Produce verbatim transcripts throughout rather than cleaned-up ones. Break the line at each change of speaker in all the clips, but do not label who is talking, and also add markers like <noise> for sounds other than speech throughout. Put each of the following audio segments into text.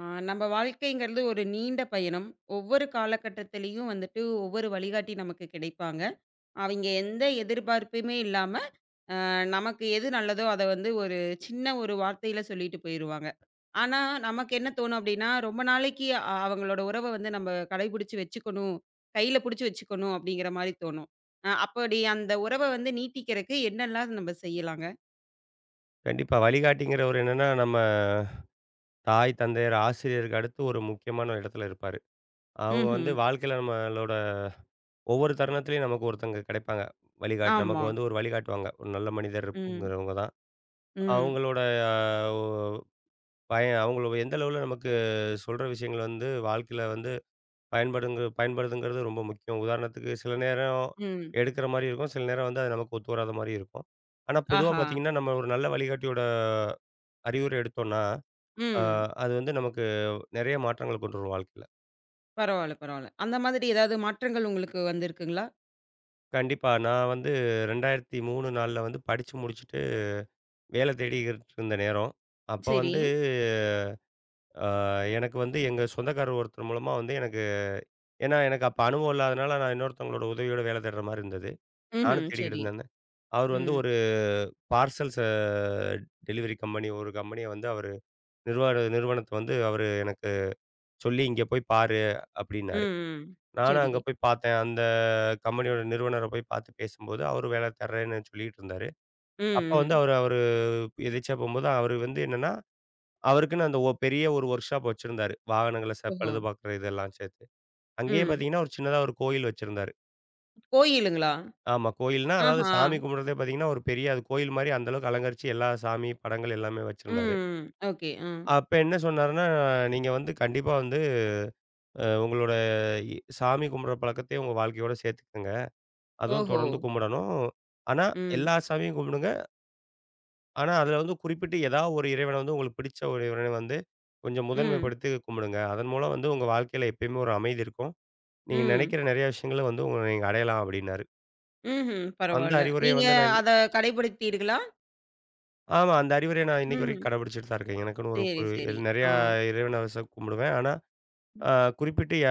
ஆ, நம்ம வாழ்க்கைங்கிறது ஒரு நீண்ட பயணம். ஒவ்வொரு காலகட்டத்திலயும் வந்துட்டு ஒவ்வொரு வழிகாட்டி நமக்கு கிடைப்பாங்க. அவைங்க எந்த எதிர்பார்ப்புமே இல்லாம, அ நமக்கு எது நல்லதோ அத வந்து ஒரு சின்ன ஒரு வார்த்தையில சொல்லிட்டு போயிருவாங்க. ஆனா, நமக்கு என்ன தோணும் அப்டின்னா, ரொம்ப நாளைக்கு அ அவங்களோட உறவ வந்து நம்ம கடைபிடிச்சு வச்சுக்கணும், கையில புடிச்சு வச்சுக்கணும் அப்டிங்கிற மாரி தோணும். அ அப்படி அந்த உறவ வந்து நீட்டிக்கிறக்கு என்னலாம் நம்ம செய்யலாங்க?
கண்டிப்பா. வழிகாட்டிங்கிறவரு என்னன்னா, நம்ம தாய், தந்தையர், ஆசிரியருக்கு அடுத்து ஒரு முக்கியமான இடத்துல இருப்பாரு. அவங்க
ம்ஹ்ம்.
வந்து வாழ்க்கையில நம்மளோட ஒவ்வொரு தருணத்திலயும் நமக்கு ஒருத்தங்க கிடைப்பாங்க. வழிகாட் நமக்கு
ஆமா.
வந்து ஒரு வழிகாட்டுவாங்க. ஒரு நல்ல
ம்.
மனிதர்ங்கிறவங்க தான்.
ம்.
அவங்களோட ஆஹ், ஒ பய அவங்கள எந்த அளவுல நமக்கு சொல்ற விஷயங்கள் வந்து வாழ்க்கையில வந்து பயன்படுங்க பயன்படுதுங்கிறது ரொம்ப முக்கியம். உதாரணத்துக்கு சில நேரம்
ம்.
எடுக்கிற மாரி இருக்கும். சில நேரம் வந்து அது நமக்கு ஒத்து வராத மாரி இருக்கும். ஆனா பொதுவா
ஆஹா.
பார்த்தீங்கன்னா, நம்ம ஒரு நல்ல வழிகாட்டியோட அறிவுரை எடுத்தோம்னா, அ
ம்.
அது வந்து நமக்கு நெறைய மாற்றங்கள் கொண்டு வரும் வாழ்க்கையில.
பரவால்ல, பரவால்ல. அந்த மாதிரி ஏதாவது மாற்றங்கள் உங்களுக்கு வந்திருக்குங்களா?
கண்டிப்பா. நான் வந்து இரண்டாயிரத்து மூன்று, 4ல வந்து படிச்சு முடிச்சுட்டு வேலை தேடிக்கிட்டு இருந்த நேரம். அப்ப
சரி.
வந்து அ எனக்கு வந்து எங்க சொந்தக்காரர் ஒருத்தர் மூலமா வந்து எனக்கு ஏன்னா எனக்கு அப்ப அனுபவம் இல்லாதனால நான் இன்னொருத்தவங்களோட உதவியோட வேலை தேடுற மாரி இருந்தது. நானும்
ம்ஹ்ம்.
தேடிக்கிட்டு
சரி.
இருந்தேன். அவர் வந்து
ம்.
ஒரு பார்சல்ஸ் அ டெலிவரி கம்பெனி ஒரு கம்பெனிய வந்து அவரு நிறுவன நிறுவனத்த வந்து அவரு எனக்கு சொல்லி, "இங்க போய் பாரு"
ம்,
அப்டின்னாரு.
ம்.
நானும் அங்க
சரிங்க.
போய் பார்த்தேன். அந்த கம்பெனியோட நிறுவனர போய் பார்த்து பேசும்போது, அவரு வேலை தர்றேன்னு சொல்லிட்டு இருந்தாரு.
ம்,
அப்ப வந்து
ம்.
அவரு அவரு எதேர்ச்சியா போம்போது, அவரு வந்து என்னன்னா, அவருக்குன்னு அந்த ஒ பெரிய ஒரு ஒர்க் ஷாப் வச்சிருந்தாரு. வாகனங்கள ச
ஓஹோ!
பழுது பார்க்குற இதெல்லாம் சேர்த்து. அங்கேயே
ம்.
பார்த்தீங்கன்னா, ஒரு சின்னதா ஒரு கோயில் வச்சிருந்தாரு.
கோயிலுங்களா?
ஆமா, கோயில்னா அதாவது
ஆஹா!
சாமி கும்பிடுறதே பார்த்தீங்கன்னா, ஒரு பெரிய அது கோயில் மாரி அந்த அளவுக்கு அலங்கரிச்சு எல்லா சாமி படங்கள் எல்லாமே
ம்,
வச்சிருந்தாரு.
ம். ஓகே. ம்.
அப்ப என்ன சொன்னாருன்னா, "நீங்க வந்து கண்டிப்பா வந்து அ உங்களோட இ சாமி கும்பிடுற பழக்கத்தையும் உங்க வாழ்க்கையோட சேர்த்துக்கங்க. அதுவும்
ஓஹோ!
தொடர்ந்து கும்பிடணும். ஆனா
ம்.
எல்லா சாமியும் கும்பிடுங்க. ஆனா, அதுல வந்து குறிப்பிட்டு ஏதாவது ஒரு இறைவன வந்து உங்களுக்கு பிடிச்ச ஒரு இறைவன வந்து கொஞ்சம்
ம்.
முதன்மைப்படுத்தி கும்பிடுங்க. அதன் மூலம் வந்து உங்க வாழ்க்கையில எப்பயுமே ஒரு அமைதி இருக்கும். நீங்க
ம்.
நினைக்கிற நிறைய விஷயங்கள வந்து உங்க நீங்க அடையலாம் அப்டின்னாரு.
ம்ஹ்ம்.
அந்த
பரவால்ல.
அறிவுரைய
நீங்க
வந்து நான் இன்னி-
அத கடைபிடித்தீர்களா?
ஆமா. அந்த அறிவுரைய நான் இன்னைக்கு வரைக்கும்
ம்.
கடைபிடிச்சுட்டு தான் இருக்கேன். எனக்குன்னு ஒரு கு
சரி, சரி. ஆ.
நிறையா இறைவன ச கும்பிடுவேன். ஆனா,
ம்.
அ குறிப்பிட்டு ய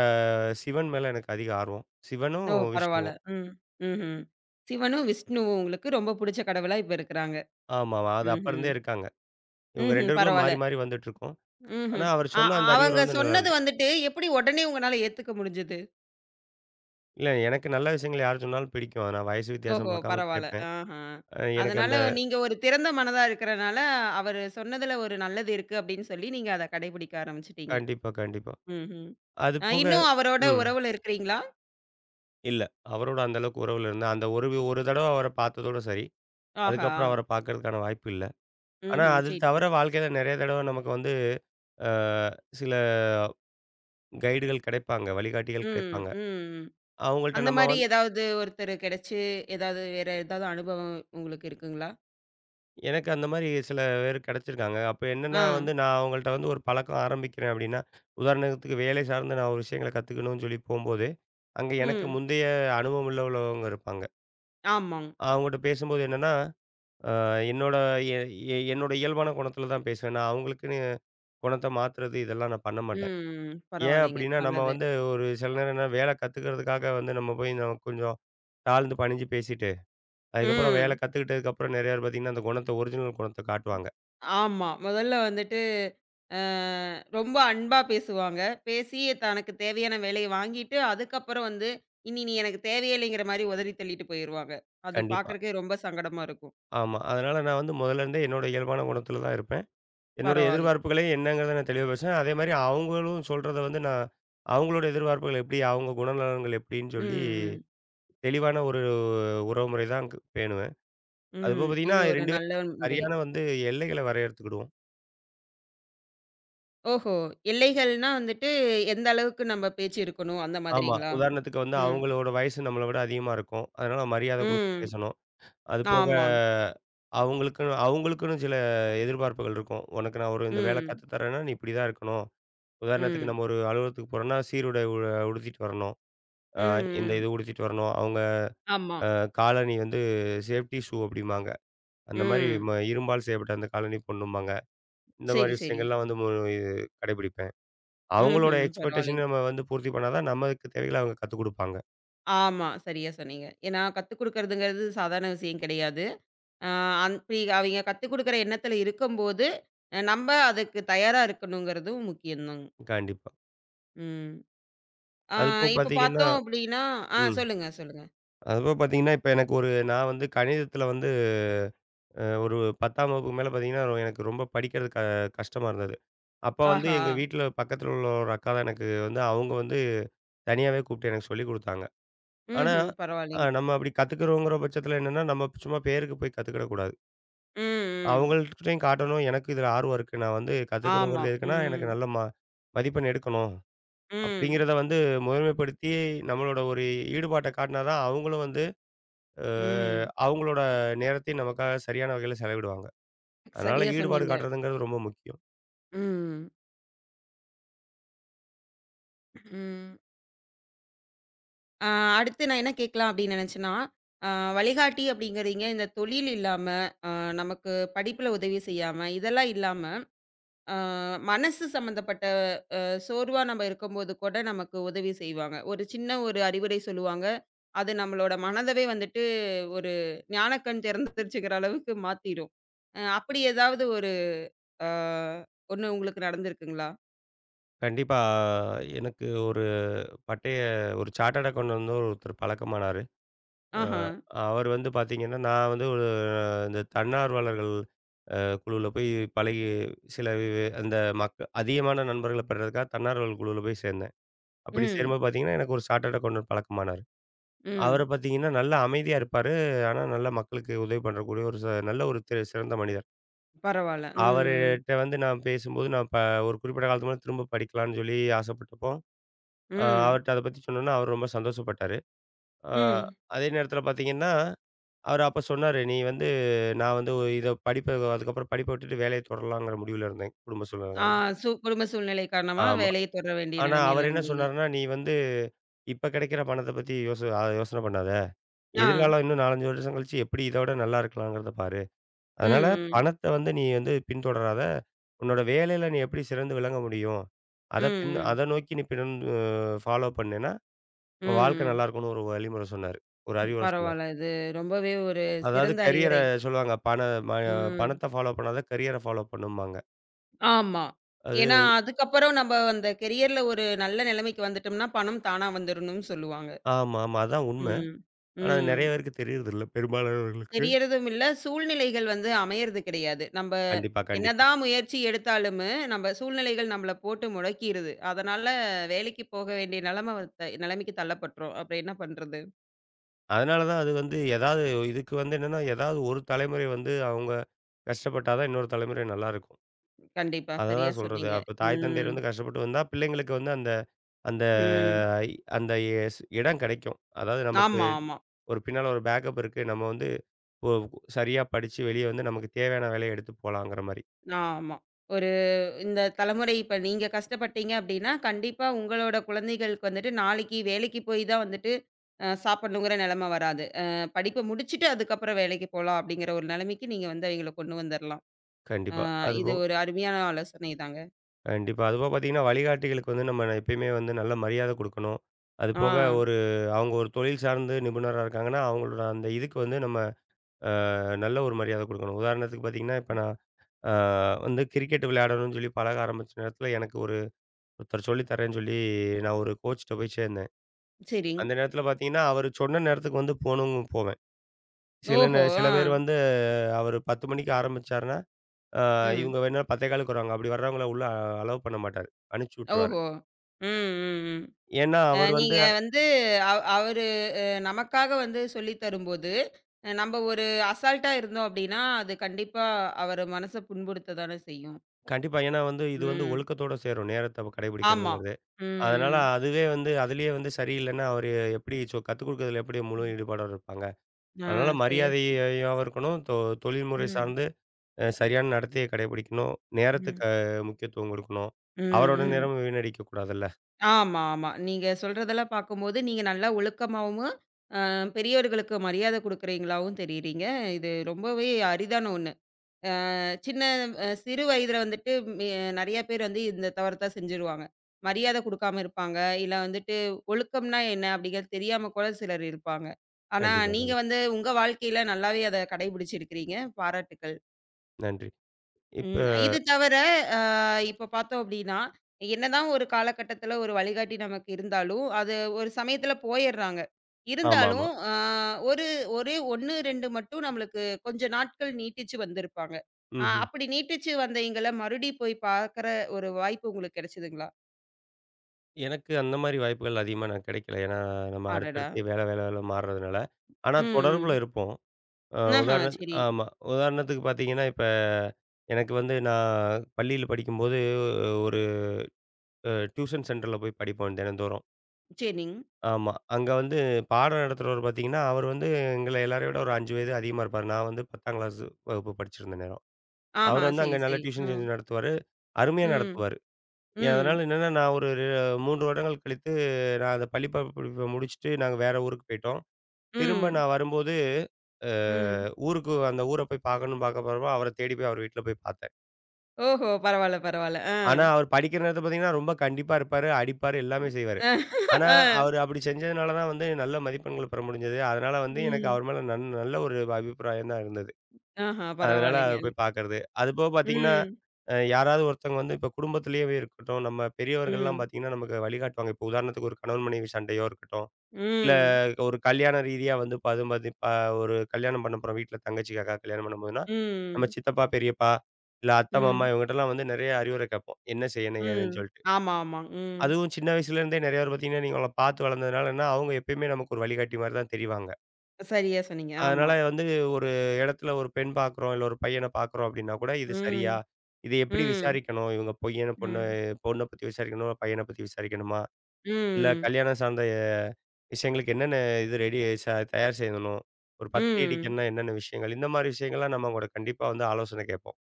சிவன் மேல எனக்கு அதிக ஆர்வம். சிவனும்,
ஓ! பரவால்ல.
விஷ்ணுவும்.
ம். ம்ஹ்ம். சிவனும், விஷ்ணுவும் உங்களுக்கு ரொம்ப புடிச்ச கடவுளா இப்ப இருக்குறாங்க.
ஆமாமா. அது அப்ப இருந்தே
ம்ஹ்ம்.
இருக்காங்க. இவங்க ரெண்டு
ம்ஹ்ம்.
பேருக்குள்ள
பரவால்ல.
மாறி மாறி வந்துட்டுருக்கும். ஆனா,
ம்ஹ்ம்.
அவர்
அ
சொன்ன அந்த அறிவுரை
அவங்க
வந்து நல்லா
சொன்னது வந்துட்டு எப்படி உடனே உங்கனால ஏத்துக்க முடிஞ்சது?
இல்ல, எனக்கு நல்ல விஷயங்கள் யார் சொன்னாலும் பிடிக்கும். நான் வயசு வித்தியாசம்
ஓஹோ!
பார்க்காம
பரவால்ல.
கேட்பேன்.
ஆஹ.
அ எனக்கு
அதனால
அந்த
நீங்க ஒரு திறந்த மனதா இருக்கிறனால, அவரு சொன்னதுல ஒரு நல்லது இருக்கு அப்படின்னு சொல்லி நீங்க அத கடைபிடிக்க ஆரம்பிச்சுட்டீங்க.
கண்டிப்பா, கண்டிப்பா.
ம்ஹ்ம்.
அது
அ
போக
இன்னும் அவரோட
ம்.
உறவுல இருக்கிறீங்களா?
இல்ல. அவரோட அந்த அளவுக்கு உறவுல இருந்தேன். அந்த ஒரு வி- ஒரு தடவ அவர பார்த்ததோட சரி.
ஆஹா!
அதுக்கப்புறம் அவர பார்க்கறதுக்கான வாய்ப்பு இல்ல. ஆனா,
ம்ஹ்ம்.
அது
சரி,
தவிர
சரி.
வாழ்க்கையில நெறைய தடவ நமக்கு வந்து அ சில கைடுகள் கிடைப்பாங்க. வழிகாட்டிகள்
ம்,
கிடைப்பாங்க.
ம்.
அவங்கள்ட்ட
அந்த
நம்ம
மாரி
வந்து
ஏதாவது ஒருத்தர் கிடைச்சு, ஏதாவது வேற ஏதாவது அனுபவம் உங்களுக்கு இருக்குங்களா?
எனக்கு அந்த மாரி சில பேர் கிடைச்சிருக்காங்க. அப்ப என்னன்னா
ஆ.
வந்து நான் அவங்கள்ட்ட வந்து ஒரு பழக்கம் ஆரம்பிக்கிறேன் அப்டின்னா, உதாரணத்துக்கு வேலை சார்ந்து நான் ஒரு விஷயங்கள கத்துக்கணும்னு சொல்லி போம்போது அங்க எனக்கு
ம்.
முந்தைய அனுபவம் உள்ளவங்க இருப்பாங்க.
ஆமாங்.
அவங்கட்ட பேசும்போது என்னன்னா, அ என்னோட எ எ என்னோட இயல்பான குணத்தில தான் பேசுவேன். நான் அவங்களுக்குன்னு குணத்த மாத்துறது இதெல்லாம் நான் பண்ண மாட்டேன்.
ம்.
ஏன்
பரவாயில்லைங்க.
அப்டின்னா, நம்ம
நல்லது.
வந்து ஒரு சில நேரம் என்ன வேல கத்துக்கிறதுக்காக வந்து நம்ம போய் நம்ம கொஞ்சம் தாழ்ந்து பணிஞ்சு பேசிட்டு, அதுக்கப்புறம் வேல
ம்.
கத்துக்கிட்டதுக்கப்புறம் நெறைய பேர் பார்த்தீங்கன்னா, அந்த குணத்த ஒரிஜினல் குணத்த காட்டுவாங்க.
ஆமா. முதல்ல வந்துட்டு அ ரொம்ப அன்பா பேசுவாங்க. பேசி தனக்கு தேவையான வேலைய வாங்கிட்டு, அதுக்கப்புறம் வந்து, "இனி நீ எனக்கு தேவையே இல்லைங்கிற" மாரி உதறி தள்ளிட்டு போயிருவாங்க. அது
கண்டிப்பா.
பார்க்கறக்கே ரொம்ப சங்கடமா இருக்கும்.
ஆமா. அதனால நான் வந்து முதல்ல இருந்தே என்னோட இயல்பான குணத்தில தான் இருப்பேன். என்னுடைய
பரவாயில்லை.
எதிர்பார்ப்புகளே என்னங்கிறத நான் தெளிவா பேசுனேன். அதே மாரி அவங்களும் சொல்றத வந்து நான் அவங்களோட எதிர்பார்ப்புகள் எப்படி, அவங்க குணநலன்கள் எப்படின்னு
ம்,
சொல்லி
ம்,
தெளிவான ஒரு உறவுமுறை தான் க் பேணுவேன். அதுபோக
ம்.
பார்த்தீங்கன்னா
இது ஒரு
ரெண்டு
நல்ல
பேரும்
முறை.
சரியான வந்து எல்லைகள வரையறுத்துக்கிடுவோம்.
ஓஹோ! எல்லைகள்னா வந்துட்டு, எந்த அளவுக்கு நம்ம பேச்சு இருக்கணும், அந்த
ஆமா.
மாதிரிங்களா?
உதாரணத்துக்கு வந்து
ம்,
அவங்களோட வயசு நம்மள விட அதிகமா இருக்கும். அதனால மரியாதை குடுத்து
ம்.
பேசணும். அதுபோக
ஆமாங்க.
அவங்களுக்குன்னு அவங்களுக்குன்னு சில எதிர்பார்ப்புகள் இருக்கும். உனக்கு நான் ஒரு இந்த வேலை
ம்,
கத்து தரேன்னா, நீ இப்படி தான் இருக்கணும். உதாரணத்துக்கு
ம்,
நம்ம ஒரு அலுவலகத்துக்கு போறோம்னா, சீருடை உ உடுத்திட்டு வரணும். அ
ம்,
இந்த
ம்.
இது உடுத்திட்டு வரணும். அவங்க
ஆமா.
அ காலணி வந்து சேஃப்டி ஷூ அப்படிம்பாங்க. அந்த மாரி
ம்.
ம இரும்பால் செய்யப்பட்ட அந்த காலணி போடணும்பாங்க. இந்த மாரி
சரி, சரி.
விஷயங்கள்லாம் வந்து மு இது கடைபிடிப்பேன். அவங்களோட
ம்ஹ்ம்.
எக்ஸ்பெக்டேஷன்
பரவாயில்லைங்க.
நம்ம வந்து பூர்த்தி பண்ணா தான் நமக்கு தேவைகள அவங்க கத்துக் குடுப்பாங்க.
ஆமா. சரியா சொன்னீங்க. ஏன்னா கத்துக் குடுக்கறதுங்கிறது சாதாரண விஷயம் கிடையாது. அ அந் பி அவிங்க கத்துக் குடுக்குற எண்ணத்துல இருக்கும்போது, அ நம்ப அதுக்கு தயாரா இருக்கணுங்கிறதும் முக்கியம் தாங்க.
கண்டிப்பா.
ம். ஆ
அதுபோக
இப்ப
பார்த்தீங்கன்னா
பார்த்தோம் அப்டின்னா ஆ
ம்.
சொல்லுங்க, சொல்லுங்க.
அதுபோக பார்த்தீங்கன்னா, இப்ப எனக்கு ஒரு நான் வந்து கணிதத்தில வந்து அ ஒரு பத்தாம் வகுப்புக்கு மேல பார்த்தீங்கன்னா, ரொ- எனக்கு ரொம்ப படிக்கிறது க கஷ்டமா இருந்தது. அப்ப வந்து
ஆஹா!
எங்க வீட்ல பக்கத்தில உள்ள ஒரு அக்கா தான் எனக்கு வந்து அவங்க வந்து தனியாவே கூப்பிட்டு எனக்கு சொல்லிக் குடுத்தாங்க. ஆனா,
ம்ஹ்ம்.
அ
பரவாயில்லைங்க.
நம்ம அப்படி கத்துக்கிறோங்கிற பட்சத்தில என்னன்னா, நம்ம சும்மா பேருக்கு போய் கத்துக்கிடக்கூடாது.
ம், ம்.
அவங்கள்ட்டயும் காட்டணும், எனக்கு இதில ஆர்வம் இருக்கு. நான் வந்து
ஆமா.
கத்துக்கணுங்கிறது எதுக்குன்னா, எனக்கு
ம்,
நல்ல ம மதிப்பெண் எடுக்கணும்.
ம்,
அப்படிங்கிறத வந்து முதன்மைப்படுத்தி நம்மளோட ஒரு ஈடுபாட்ட காட்டினா தான் அவங்களும் வந்து அ
ம்.
அவங்களோட நேரத்தையும் நமக்காக சரியான வகையில செலவிடுவாங்க. அதனால
சரியா
ஈடுபாடு
சொன்னீங்க.
காட்டுறதுங்கிறது ரொம்ப முக்கியம்.
ம், ம். ஆ அடுத்து நான் என்ன கேட்கலாம் அப்படின்னு நினைச்சேன்னா, அ வழிகாட்டி அப்படிங்கிறீங்க இந்த தொழில் இல்லாம, அ நமக்கு படிப்புல உதவி செய்யாம, இதெல்லாம் இல்லாம, அ மனசு சம்மந்தப்பட்ட சோர்வா நம்ம இருக்கும்போது கூட நமக்கு உதவி செய்வாங்க. ஒரு சின்ன ஒரு அறிவுரை சொல்லுவாங்க. அது நம்மளோட மனதவே வந்துட்டு ஒரு ஞானக்கண் திறந்துருச்சுங்கிற அளவுக்கு மாத்திரும். அ அப்படி ஏதாவது ஒரு அ ஒண்ணு உங்களுக்கு நடந்திருக்குங்களா?
கண்டிப்பா எனக்கு ஒரு பட்டய ஒரு சார்ட்டர்ட் அக்கவுண்டன்ட் வந்து ஒருத்தர் பழக்கமானாரு. அ
ஆஹா.
அவர் வந்து பார்த்தீங்கன்னா, நான் வந்து ஒரு இந்த தன்னார்வலர்கள் அ குழுவுல போய் பழகி சில வி- அந்த மக்க அதிகமான நண்பர்கள பெறுறதுக்காக தன்னார்வலர் குழுவுல போய் சேர்ந்தேன். அப்படி
ம்.
சேரும்போது பார்த்தீங்கன்னா, எனக்கு ஒரு சார்ட்டர்ட் அக்கவுண்டன்ட் பழக்கமானாரு. அவர
ம்.
பார்த்தீங்கன்னா, நல்லா அமைதியா இருப்பாரு. ஆனா நல்லா மக்களுக்கு உதவி பண்ணக்கூடிய ஒரு ச நல்ல ஒரு தி சிறந்த மனிதர்.
பரவால்ல. ம்.
அவருட்ட வந்து நான் பேசும்போது, நான் ப ஒரு குறிப்பிட்ட காலத்துக்கு முன்னால திரும்ப படிக்கலான்னு சொல்லி ஆசைப்பட்டப்போ,
ம்.
அ
ம்.
அவர்ட்ட அத பத்தி சொன்னோனே, அவர் ரொம்ப சந்தோஷப்பட்டாரு. அ
ம்.
அதே நேரத்தில பார்த்தீங்கன்னா அவரு அப்ப சொன்னாரு, "நீ வந்து நான் வந்து இத படிப்ப அதுக்கப்புறம் படிப்ப விட்டுட்டு வேலைய தொடரலாங்கிற முடிவுல இருந்தேன், குடும்ப சூழ்நிலை
ஆ
காரணமா."
சு குடும்ப சூழ்நிலை காரணமா
ஆமா.
வேலைய தொடர வேண்டிய
ஆனா அவரு
நிலைமையில
என்ன
இருந்தீங்க.
சொன்னாருன்னா, "நீ வந்து இப்ப கிடைக்கிற பணத்த பத்தி யோசி அத யோசனை பண்ணாத.
ஆ.
எதிர்காலம் இன்னும் நான்கு, அஞ்சு வருஷம் கழிச்சு எப்படி இத விட நல்லா இருக்கலாங்கிறத பாரு. அதனால
ம், ம்.
பணத்த வந்து நீ வந்து பின்தொடராத. உன்னோட வேலையில நீ எப்படி சிறந்து விளங்க முடியும்?
ம்,
அத பின்
ம்.
அத நோக்கி நீ பின் ஃபாலோ பண்ணேன்னா, உன் வாழ்க்கை
ம்,
நல்லா இருக்கும்னு" ஒரு வழிமுறை சொன்னாரு. ஒரு
ம்.
அறிவுரை சொன்னாரு.
பரவால்ல. இது ரொம்பவே ஒரு
அதாவது
சிறந்த
கரியர
அறிவுரை.
சொல்லுவாங்க. பண ம
ம்.
பணத்த ஃபாலோ பண்ணாத கரியர ஃபாலோ பண்ணும்பாங்க.
ஆமா. ஏன்னா,
அது
அதுக்கப்புறம் நம்ப அந்த கெரியர்ல ஒரு நல்ல நிலைமைக்கு வந்துட்டோம்னா, பணம் தானா வந்துரணும்னு சொல்லுவாங்க.
ஆமா, ஆமா. அதான் உண்ம.
ம்.
ஆனா அது நெறைய
ம்.
பேருக்கு தெரியறதில்ல, பெரும்பாலானவர்களுக்கு.
தெரியறதும் இல்ல. சூழ்நிலைகள் வந்து அமையறது கிடையாது. நம்ப
கண்டிப்பா, கண்டிப்பா.
என்னதான் முயற்சி எடுத்தாலுமே, நம்ம சூழ்நிலைகள் நம்மள போட்டு முடக்கிருது. அதனால வேலைக்கு போக வேண்டிய நிலைம வத்த நிலைமைக்கு தள்ளப்பட்டுறோம். அப்புறம் என்ன பண்றது?
அதனால தான் அது வந்து ஏதாவது இதுக்கு வந்து என்னன்னா, ஏதாவது ஒரு தலைமுறை வந்து அவங்க கஷ்டப்பட்டா தான் இன்னொரு தலைமுறை நல்லாருக்கும்.
கண்டிப்பா. சரியா
அததான் சொல்றது.
சொன்னீங்க.
அப்ப தாய் தந்தையர்
ம்.
வந்து கஷ்டப்பட்டு வந்தா, பிள்ளைங்களுக்கு வந்து அந்த அந்த
ம்.
இ- அந்த எஸ் இடம் கிடைக்கும். அதாவது நமக்கு
ஆமா, ஆமா.
ஒரு பின்னால ஒரு பேக்கப் இருக்கு. நம்ம வந்து ஒ சரியா படிச்சு வெளிய வந்து நமக்கு தேவையான வேலைய எடுத்து போலாங்கிற மாரி.
ஆமா. ஒரு இந்த தலைமுறை இப்ப நீங்க கஷ்டப்பட்டீங்க அப்டின்னா, கண்டிப்பா உங்களோட குழந்தைகளுக்கு வந்துட்டு நாளைக்கு வேலைக்கு போய் தான் வந்துட்டு அ சாப்பிடணுங்கிற நிலைம வராது. அ படிப்ப முடிச்சுட்டு அதுக்கப்புறம் வேலைக்கு போலாம் அப்டிங்கிற ஒரு நிலைமைக்கு நீங்க வந்து அவைங்கள கொண்டு வந்துரலாம். ஆ,
கண்டிப்பா.
இது
அதுபோக
ஒரு அருமையான ஆலோசனை தாங்க.
கண்டிப்பா. அதுபோக பார்த்தீங்கன்னா, வழிகாட்டிகளுக்கு வந்து நம்ம எப்பயுமே வந்து நல்ல மரியாதை குடுக்கணும்.
ஆ,
அதுபோக ஒரு அவங்க ஒரு தொழில் சார்ந்து நிபுணரா இருக்காங்கன்னா, அவங்களோட அந்த இதுக்கு வந்து நம்ம அ நல்ல ஒரு மரியாதை குடுக்கணும். உதாரணத்துக்கு பார்த்தீங்கன்னா, இப்ப நான் அ வந்து கிரிக்கெட் விளையாடணும்னு சொல்லி பழக ஆரம்பிச்ச நேரத்தில, எனக்கு ஒரு ஒருத்தர் சொல்லி தரேன்னு சொல்லி நான் ஒரு கோச்ட்ட போய் சேர்ந்தேன்.
சரிங்.
அந்த நேரத்தில பார்த்தீங்கன்னா, அவரு சொன்ன நேரத்துக்கு வந்து போணும்னு போவேன். சில நே
ஓஹோ! ஆ,
சில பேர் வந்து அவரு பத்து மணிக்கு ஆரம்பிச்சாருன்னா, அ
ம்.
இவங்க வேணா 10:15க்கு வருவாங்க. அப்படி வர்றவங்கள உள்ள அலோவ் பண்ண மாட்டாரு. அனுப்பிச்சு விட்டுருவாரு.
ஓஹோ! ம், ம், ம்.
ஏன்னா,
அ
அவர் வந்து
நீங்க வந்து அவ் அவரு நமக்காக வந்து சொல்லி தரும்போது, அ நம்ப ஒரு அசால்ட்டா இருந்தோம் அப்டின்னா, அது கண்டிப்பா அவரு மனச புண்படுத்த தானே செய்யும்.
கண்டிப்பா. ஏன்னா வந்து இது வந்து
ம்.
ஒழுக்கத்தோட சேரும். நேரத்த
ஆமா.
கடைபிடிக்கிறதுங்கிறது. அதனால
ம்,
அதுவே வந்து அதிலேயே வந்து சரியில்லன்னா, அவரு எப்படி சொ கத்துக் குடுக்கறதுல எப்படி முழு
ம்.
ஈடுபாடோட இருப்பாங்க.
ஆ,
அதனால
சரியா சொன்னீங்க.
மரியாதையாவும் இருக்கணும். தொ தொழில்முறை
ம்,
சார்ந்து அ சரியான நடத்தைய கடைபிடிக்கணும். நேரத்துக்கு
ம்,
அஹ், முக்கியத்துவம் குடுக்கணும்.
ம்,
அவரோட
ம்.
நேரமும் வீணடிக்கக் கூடாதுல்ல.
ஆமா, ஆமா. நீங்க சொல்றதெல்லாம் பாக்கும்போது, நீங்க நல்லா ஒழுக்கமாவும் அஹ் பெரியவர்களுக்கு மரியாதை குடுக்குறீங்களாவும் தெரியிறீங்க. இது ரொம்பவே அரிதான ஒண்ணு. அ சின்ன அ சிறு வயதில வந்துட்டு மெ நெறைய பேர் வந்து இந்த தவறத்தா செஞ்சுருவாங்க. மரியாதை குடுக்காம இருப்பாங்க. இல்ல வந்துட்டு ஒழுக்கம்னா என்ன? அப்படிங்கிறது தெரியாம கூட சிலர் இருப்பாங்க. ஆனா,
கண்டிப்பா,
நீங்க
கண்டிப்பா.
வந்து உங்க வாழ்க்கையில நல்லாவே அத கடைபிடிச்சிருக்கிறீங்க. பாராட்டுக்கள்.
நன்றி. இப்ப
ம். இது தவிர, அ இப்ப பார்த்தோம் அப்படின்னா, என்னதான் ஒரு காலகட்டத்தில ஒரு வழிகாட்டி நமக்கு இருந்தாலும், அது ஒரு சமயத்தில போயிர்றாங்க.
ஆமாமா.
இருந்தாலும், அ ஒரு ஒரே ஒன்று, இரண்டு மட்டும் நம்மளுக்கு கொஞ்ச நாட்கள் நீட்டிச்சு வந்திருப்பாங்க. அ
ம்ஹ்ம்.
அப்படி நீட்டிச்சு வந்தவைங்கள மறுபடி போய் பார்க்குற ஒரு வாய்ப்பு உங்களுக்கு கிடைச்சதுங்களா?
எனக்கு அந்த மாரி வாய்ப்புகள் அதிகமா நான் கிடைக்கல. ஏன்னா, நம்ம
அடடா!
அடுத்தடுத்து வேலை, வேலை, வேலை மாறுறதுனால. ஆனா
ம்,
தொடர்புல
ம்.
இருப்போம். அ
ஆஹா,
உதாரணத்
சரி.
ஆமா. உதாரணத்துக்கு பார்த்தீங்கன்னா, இப்ப எனக்கு வந்து நான் பள்ளியில படிக்கும்போது ஒரு அ டியூஷன் சென்டர்ல போய் படிப்போம் தினந்தோறும்.
சரிங்க.
ஆமா. அங்க வந்து பாடம் நடத்துறவர் பார்த்தீங்கன்னா, அவர் வந்து எங்கள எல்லாரையும் விட ஒரு அஞ்சு வயது அதிகமா இருப்பாரு. நான் வந்து 10ஆம் கிளாஸ் வகுப்பு படிச்சிருந்த நேரம்.
ஆஹா,
அவர் வந்து அங்க
சரி,
நல்லா
சரி. அ.
டியூஷன் செஞ்சு நடத்துவாரு. அருமையா
ம்.
நடத்துவாரு.
ம்.
அதனால என்னன்னா, நான் ஒரு மூன்று வருடங்கள் கழித்து நான் அந்த பள்ளி ப படிப்ப முடிச்சுட்டு நாங்க வேற ஊருக்கு போயிட்டோம். திரும்ப
ம்.
நான் வரும்போது அ
ம்.
ஊருக்கு அந்த ஊர போய் பார்க்கணும்னு பார்க்க போறப்போ, அவர தேடி போய் அவர் வீட்ல போய் பார்த்தேன்.
ஓஹோ! பரவால்ல, பரவால்ல. ஆ.
ஆனா, அவர் படிக்கிற நேரத்தில பார்த்தீங்கன்னா, ரொம்ப கண்டிப்பா இருப்பாரு, அடிப்பாரு, எல்லாமே
ம்.
செய்வாரு. ஆனா,
அ.
அவரு அப்படி செஞ்சதுனால தான் வந்து நல்ல மதிப்பெண்கள் பெற முடிஞ்சது. அதனால வந்து எனக்கு
ம்.
அவர் மேல நன் நல்ல ஒரு அபிப்பிராயம் தான் இருந்தது.
ஆஹா!
அதனால அத
பரவாயில்லைங்க.
போய் பார்க்கறது. அதுபோக பார்த்தீங்கன்னா,
ம்.
அ யாராவது ஒருத்தவங்க வந்து இப்ப குடும்பத்திலேயே இருக்கட்டும், நம்ம பெரியவர்கள்லாம்
ம்.
பார்த்தீங்கன்னா, நமக்கு வழிகாட்டுவாங்க. இப்போ உதாரணத்துக்கு ஒரு கணவன் மனைவி சண்டையோ இருக்கட்டும். இல்ல
ம்.
ஒரு கல்யாண ரீதியா வந்து பது பதி ப ஒரு கல்யாணம் பண்ண போறோம் வீட்ல தங்கச்சிக்காக கல்யாணம் பண்ணும்போதுன்னா, நம்ம
ம்.
சித்தப்பா, பெரியப்பா, இல்ல அத்தை, மாமா
ம்.
இவங்ககிட்டலாம் வந்து நெறைய அறிவுரை கேட்போம். என்ன செய்யணும்?
ம்.
ஏதுன்னு சொல்லிட்டு.
ஆமா, ஆமா. ம்.
அதுவும் சின்ன வயசுலேருந்தே நெறைய பேர் பார்த்தீங்கன்னா, நீங்க அவங்கள பார்த்து வளர்ந்ததுனால என்ன, அவங்க எப்பயுமே நமக்கு ஒரு வழிகாட்டி மாரி தான் தெரிவாங்க.
சரியா சொன்னீங்க.
அதனால
ஆமா.
வந்து ஒரு இடத்துல ஒரு பெண் பார்க்குறோம், இல்ல ஒரு பையன பார்க்குறோம் அப்படின்னா கூட, இது சரியா?
ம்.
இத எப்படி
ம்.
விசாரிக்கணும்? இவங்க பொய்யன பொண்ணு
ம்.
பொண்ண பத்தி விசாரிக்கணுமா? பையன பத்தி விசாரிக்கணுமா? இல்ல
ம்.
கல்யாணம் சார்ந்த விஷயங்களுக்கு என்னென்ன இது ரெடி ச தயார் செய்யணும்? ஒரு
ம்.
பத்திரிகைன்னா என்னென்ன விஷயங்கள்? இந்த மாரி விஷயங்கள்லாம் நம்ம கூட கண்டிப்பா வந்து ஆலோசனை கேட்போம்.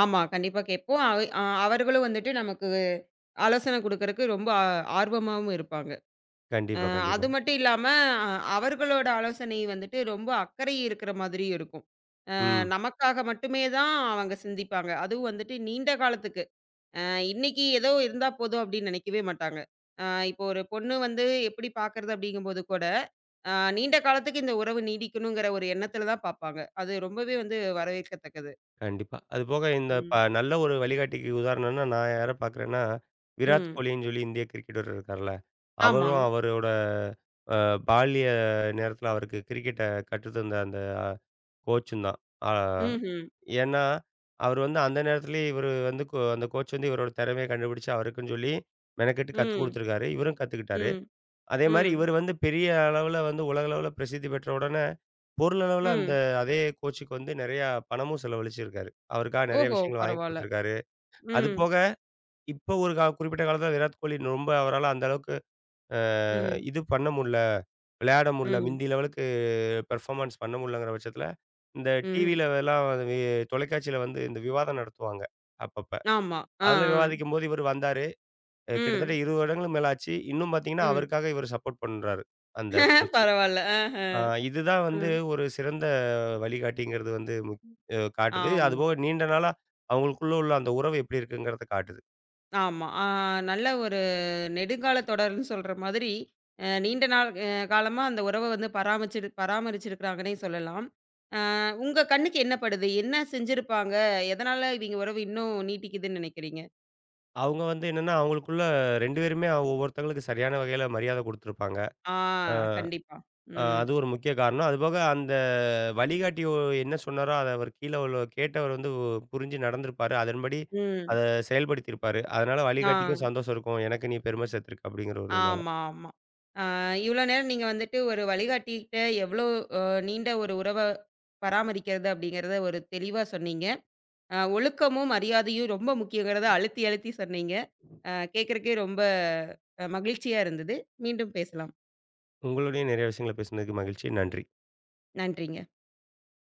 ஆமா. கண்டிப்பா கேட்போம். அவ அ அவர்களும் வந்துட்டு நமக்கு ஆலோசனை குடுக்கறக்கு ரொம்ப ஆ ஆர்வமாவும் இருப்பாங்க. அ
கண்டிப்பா, கண்டிப்பா.
அது மட்டும் இல்லாம அ அவர்களோட ஆலோசனை வந்துட்டு ரொம்ப அக்கறை இருக்கிற மாதிரியும் இருக்கும். அ
ம்.
நமக்காக மட்டுமே தான் அவங்க சிந்திப்பாங்க. அதுவும் வந்துட்டு நீண்ட காலத்துக்கு. அ இன்னைக்கு ஏதோ இருந்தா போதும் அப்படின்னு நினைக்கவே மாட்டாங்க. அ இப்போ ஒரு பொண்ணு வந்து எப்படி பார்க்கறது அப்படிங்கும்போது கூட, அ நீண்ட காலத்துக்கு இந்த உறவு நீடிக்கணுங்கிற ஒரு எண்ணத்துல தான் பார்ப்பாங்க. அது ரொம்பவே வந்து வரவேற்கத்தக்கது.
கண்டிப்பா. அதுபோக இந்த ப
ம்.
நல்ல ஒரு வழிகாட்டிக்கு உதாரணம்னா, நான் யார பார்க்குறேன்னா, விராட்
ம்.
கோலின்னு சொல்லி இந்திய கிரிக்கெட்டர் இருக்கார்ல. அவரும்
ஆமாங்க.
அவரோட அ பால்ய நேரத்தில அவருக்கு கிரிக்கெட்ட கற்றுத்தந்த அந்த கோச்சும் தான். ஆ
ம்ஹ்ம்.
ஏன்னா, அவரு வந்து அந்த நேரத்திலேயே இவரு வந்து கோ அந்த கோச் வந்து இவரோட திறமைய கண்டுபிடிச்சு, அவருக்குன்னு சொல்லி மெனக்கெட்டு கத்துக்
ம்.
குடுத்துருக்காரு. இவரும் கத்துக்கிட்டாரு.
ம். ம்.
அதேமாரி
ம்.
இவரு வந்து பெரிய அளவுல வந்து உலக அளவுல பிரசித்தி பெற்ற உடனே, பொருளளவுல அந்த
ம்
அதே கோச்சுக்கு வந்து நெறையா பணமும் செலவழிச்சிருக்காரு. அவருக்காக நெறைய
ஓஹோ!
விஷயங்கள் வாங்கி
பரவால்ல.
குடுத்துருக்காரு.
ம்.
அதுபோக இப்ப ஒரு கா குறிப்பிட்ட காலத்தில விராட் கோலி ரொம்ப அவரால அந்த அளவுக்கு அ
ம்.
இது பண்ண முடில, விளையாட முடில.
ம்.
மிந்தி லெவலுக்கு பெர்ஃபார்மன்ஸ் பண்ண முடியலங்கிற பட்சத்தில, இந்த
ம்.
டிவில எல்லாம் வி தொலைக்காட்சியில வந்து இந்த விவாதம் நடத்துவாங்க, அப்பப்ப.
ஆமா. ஆ,
அதில
ஆ.
விவாதிக்கும்போது இவரு வந்தாரு. அ கிட்டத்தட்ட
ம்.
இருபது வருடங்களுக்கு மேல ஆச்சு. இன்னும் பார்த்தீங்கன்னா,
ம்.
அவருக்காக இவரு சப்போர்ட் பண்றாரு, அந்த
<laughs>
கோச்சு.
பரவால்ல.
அ
ஆஹ.
இதுதான் வந்து
ம்.
ஒரு சிறந்த வழிகாட்டிங்கிறது வந்து முக் அ காட்டுது.
ஆமா.
அதுபோக நீண்ட நாளா அவங்களுக்குள்ள உள்ள அந்த உறவு எப்படி இருக்குங்கிறத காட்டுது.
ஆமா. ஆ நல்ல ஒரு நெடுங்கால தொடர்ன்னு சொல்ற மாதிரி, அ நீண்ட நாள் அ காலமா அந்த உறவ வந்து பராமரிச்சிரு பராமரிச்சிருக்கிறாங்கன்னே சொல்லலாம். அ உங்க கண்ணுக்கு என்ன படுது? என்ன செஞ்சிருப்பாங்க? எதனால இவிங்க உறவு இன்னும் நீட்டிக்குதுன்னு நெனைக்கிறீங்க?
அவங்க வந்து என்னன்னா, அவங்களுக்குள்ள ரெண்டு பேருமே அவங்க ஒவ்வொருத்தங்களுக்கு சரியான வகையில மரியாதை குடுத்துருப்பாங்க.
ஆ கண்டிப்பா.
அ
ம்.
அது ஒரு முக்கிய காரணம். அதுபோக அந்த வழிகாட்டி ஒ என்ன சொன்னாரோ, அத அவர் கீழ உள்ள கேட்டவர் வந்து ஒ புரிஞ்சு நடந்திருப்பாரு. அதன்படி அத
ம்.
செயல்படுத்தியிருப்பாரு. அதனால
ஆ.
வழிகாட்டிக்கும் சந்தோஷம் இருக்கும். எனக்கு நீ பெருமை சேர்த்துருக்க அப்படிங்கிற ஒரு இதுனால.
ஆமா, ஆமா. ஆ இவ்ளோ நேரம் நீங்க வந்துட்டு ஒரு வழிகாட்டிகிட்ட எவ்ளோ அ நீண்ட ஒரு உறவ பராமரிக்கிறது அப்படிங்கிறத ஒரு தெளிவா சொன்னீங்க. அ ஒழுக்கமும், மரியாதையும் ரொம்ப முக்கியங்கிறத அழுத்தி, அழுத்தி சொன்னீங்க. அ கேட்கறக்கே ரொம்ப அ மகிழ்ச்சியா இருந்தது. மீண்டும் பேசலாம்.
உங்களுடைய நிறைய விஷயங்கள பேசுனதுக்கு மகிழ்ச்சி. நன்றி.
நன்றிங்க.